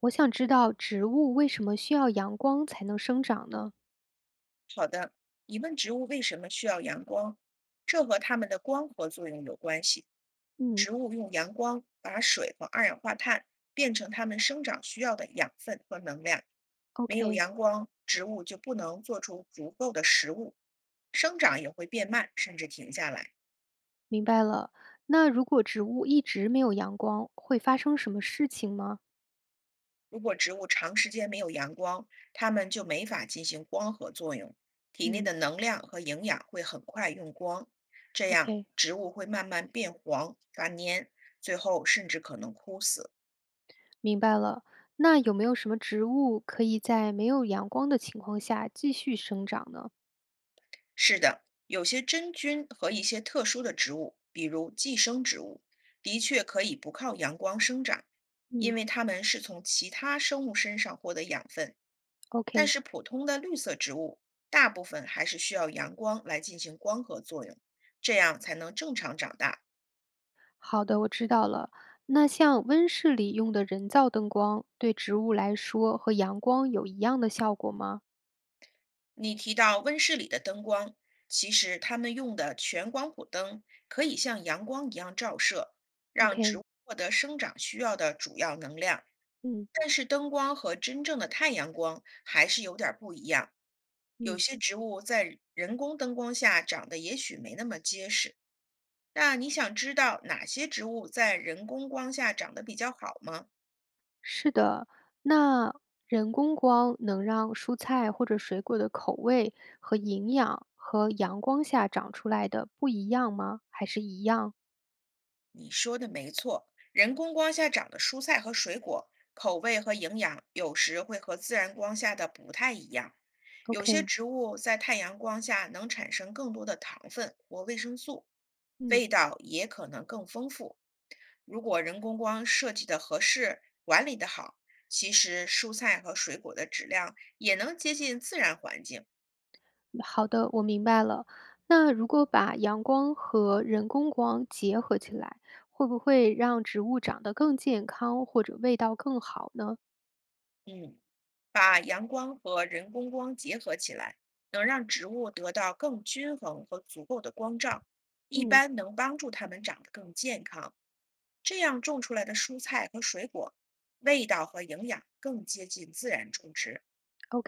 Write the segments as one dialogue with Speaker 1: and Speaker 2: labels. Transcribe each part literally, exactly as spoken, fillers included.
Speaker 1: 我想知道植物为什么需要阳光才能生长呢？
Speaker 2: 好的，你问植物为什么需要阳光，这和它们的光合作用有关系。
Speaker 1: 嗯，
Speaker 2: 植物用阳光把水和二氧化碳变成它们生长需要的养分和能量。没有
Speaker 1: OK，
Speaker 2: 阳光，植物就不能做出足够的食物，生长也会变慢，甚至停下来。
Speaker 1: 明白了。那如果植物一直没有阳光，会发生什么事情吗？
Speaker 2: 如果植物长时间没有阳光，它们就没法进行光合作用，体内
Speaker 1: 嗯，
Speaker 2: 的能量和营养会很快用光，这样
Speaker 1: ？OK，
Speaker 2: 植物会慢慢变黄、发蔫，最后甚至可能枯死。
Speaker 1: 明白了。那有没有什么植物可以在没有阳光的情况下继续生长呢？
Speaker 2: 是的，有些真菌和一些特殊的植物，比如寄生植物，的确可以不靠阳光生长，因
Speaker 1: 嗯，
Speaker 2: 为它们是从其他生物身上获得养分。但
Speaker 1: ？OK，
Speaker 2: 是普通的绿色植物大部分还是需要阳光来进行光合作用，这样才能正常长大。
Speaker 1: 好的，我知道了。那像温室里用的人造灯光，对植物来说和阳光有一样的效果吗
Speaker 2: 你提到温室里的灯光，其实它们用的全光谱灯可以像阳光一样照射，让植
Speaker 1: ？OK，
Speaker 2: 物获得生长需要的主要能量。
Speaker 1: 嗯。
Speaker 2: 但是灯光和真正的太阳光还是有点儿不一样，有
Speaker 1: 嗯。
Speaker 2: 些植物在人工灯光下长得也许没那么结实。那你想知道哪些植物在人工光下长得比较好吗？
Speaker 1: 是的，那人工光能让蔬菜或者水果的口味和营养和阳光下长出来的不一样吗？还是一样
Speaker 2: 你说的没错，人工光下长的蔬菜和水果，口味和营养有时会和自然光下的不太一样。有些
Speaker 1: ？OK，
Speaker 2: 植物在太阳光下能产生更多的糖分或维生素，
Speaker 1: 嗯，
Speaker 2: 味道也可能更丰富。如果人工光设计的合适，管理的好，其实蔬菜和水果的质量也能接近自然环境。
Speaker 1: 好的，我明白了。那如果把阳光和人工光结合起来，会不会让植物长得更健康或者味道更好呢？
Speaker 2: 嗯，把阳光和人工光结合起来，能让植物得到更均衡和足够的光照，一
Speaker 1: 嗯
Speaker 2: 般能帮助它们长得更健康。这样种出来的蔬菜和水果，味道和营养更接近自然种植。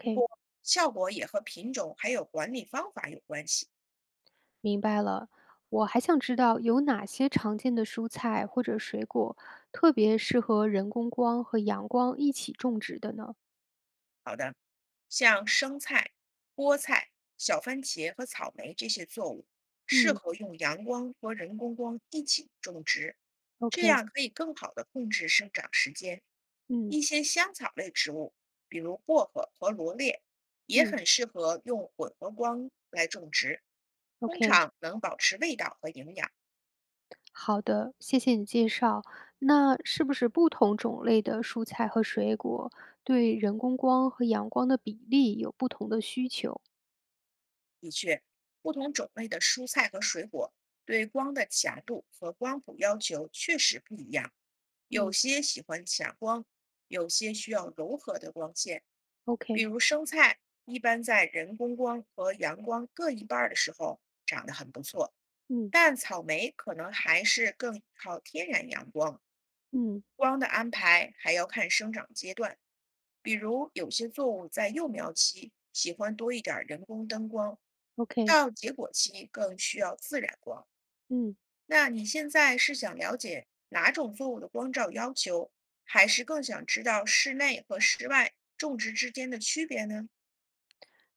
Speaker 2: 不过，效果也和品种还有管理方法有关系。
Speaker 1: 明白了，我还想知道有哪些常见的蔬菜或者水果特别适合人工光和阳光一起种植的呢？
Speaker 2: 好的，像生菜、菠菜、小番茄和草莓这些作物，适
Speaker 1: 嗯
Speaker 2: 合用阳光和人工光一起种植，这
Speaker 1: ，OK，
Speaker 2: 样可以更好的控制生长时间。
Speaker 1: 嗯
Speaker 2: 一些香草类植物，比如薄荷和罗列，也
Speaker 1: 嗯
Speaker 2: 很适合用混合光来种植，通
Speaker 1: ，OK，
Speaker 2: 常能保持味道和营养。
Speaker 1: 好的，谢谢你介绍。那是不是不同种类的蔬菜和水果对人工光和阳光的比例有不同的需求？
Speaker 2: 的确，不同种类的蔬菜和水果对光的强度和光谱要求确实不一样，有
Speaker 1: 嗯
Speaker 2: 些喜欢强光，有些需要柔和的光线。比
Speaker 1: ，OK，
Speaker 2: 如生菜，一般在人工光和阳光各一半儿的时候长得很不错，
Speaker 1: 嗯
Speaker 2: 但草莓可能还是更靠天然阳光。
Speaker 1: 嗯
Speaker 2: 光的安排还要看生长阶段，比如有些作物在幼苗期喜欢多一点儿人工灯光，
Speaker 1: ，OK，
Speaker 2: 到结果期更需要自然光。
Speaker 1: 嗯。
Speaker 2: 那你现在是想了解哪种作物的光照要求，还是更想知道室内和室外种植之间的区别呢？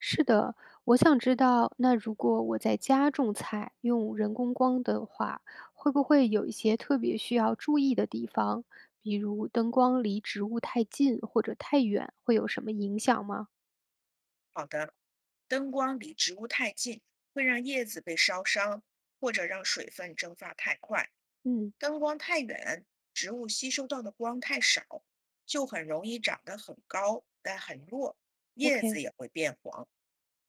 Speaker 1: 是的，我想知道，那如果我在家种菜，用人工光的话，会不会有一些特别需要注意的地方？比如灯光离植物太近或者太远，会有什么影响吗？
Speaker 2: 好的，灯光离植物太近，会让叶子被烧伤，或者让水分蒸发太快。
Speaker 1: 嗯
Speaker 2: 灯光太远，植物吸收到的光太少，就很容易长得很高但很弱，叶
Speaker 1: ，OK，
Speaker 2: 子也会变黄。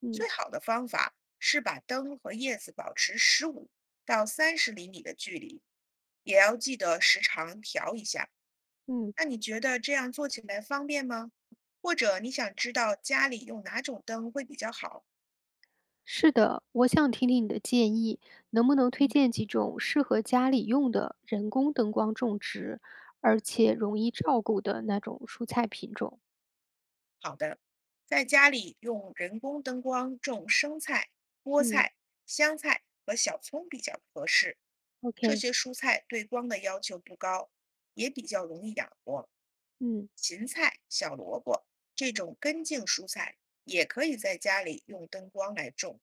Speaker 1: 嗯
Speaker 2: 最好的方法是把灯和叶子保持十五到三十厘米的距离，也要记得时常调一下。
Speaker 1: 嗯，
Speaker 2: 那你觉得这样做起来方便吗？或者你想知道家里用哪种灯会比较好？
Speaker 1: 是的，我想听听你的建议，能不能推荐几种适合家里用的人工灯光种植，而且容易照顾的那种蔬菜品种？
Speaker 2: 好的，在家里用人工灯光种生菜、菠
Speaker 1: 嗯
Speaker 2: 菜、香菜和小葱比较合适。这
Speaker 1: ，OK，
Speaker 2: 些蔬菜对光的要求不高，也比较容易养活。
Speaker 1: 嗯
Speaker 2: 芹菜、小萝卜这种根茎蔬菜也可以在家里用灯光来种，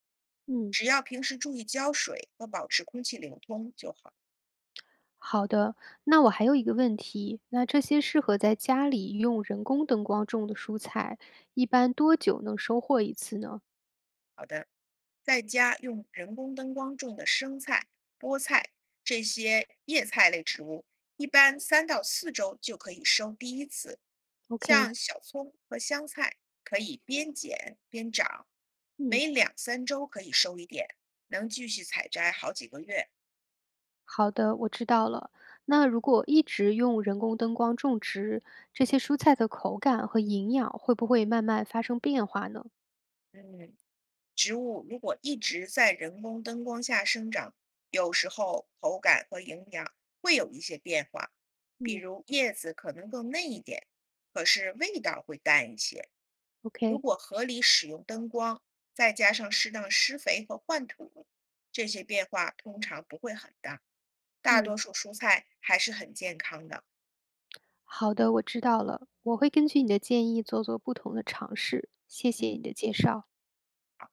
Speaker 1: 嗯。
Speaker 2: 只要平时注意浇水和保持空气流通就好。
Speaker 1: 好的，那我还有一个问题，那这些适合在家里用人工灯光种的蔬菜，一般多久能收获一次呢
Speaker 2: 好的。在家用人工灯光种的生菜、菠菜这些叶菜类植物，一般三到四周就可以收第一次。
Speaker 1: ？OK，
Speaker 2: 像小葱和香菜可以边剪边长，
Speaker 1: 嗯，
Speaker 2: 每两三周可以收一点，能继续采摘好几个月。
Speaker 1: 好的，我知道了。那如果一直用人工灯光种植，这些蔬菜的口感和营养会不会慢慢发生变化呢？
Speaker 2: 嗯，植物如果一直在人工灯光下生长，有时候口感和营养会有一些变化，比
Speaker 1: 嗯
Speaker 2: 如叶子可能更嫩一点，可是味道会淡一些。如
Speaker 1: ，OK，
Speaker 2: 果合理使用灯光，再加上适当施肥和换土，这些变化通常不会很大。大
Speaker 1: 嗯，
Speaker 2: 多数蔬菜还是很健康的。
Speaker 1: 好的，我知道了，我会根据你的建议做做不同的尝试。谢谢
Speaker 2: 嗯，
Speaker 1: 你的介绍。
Speaker 2: 好。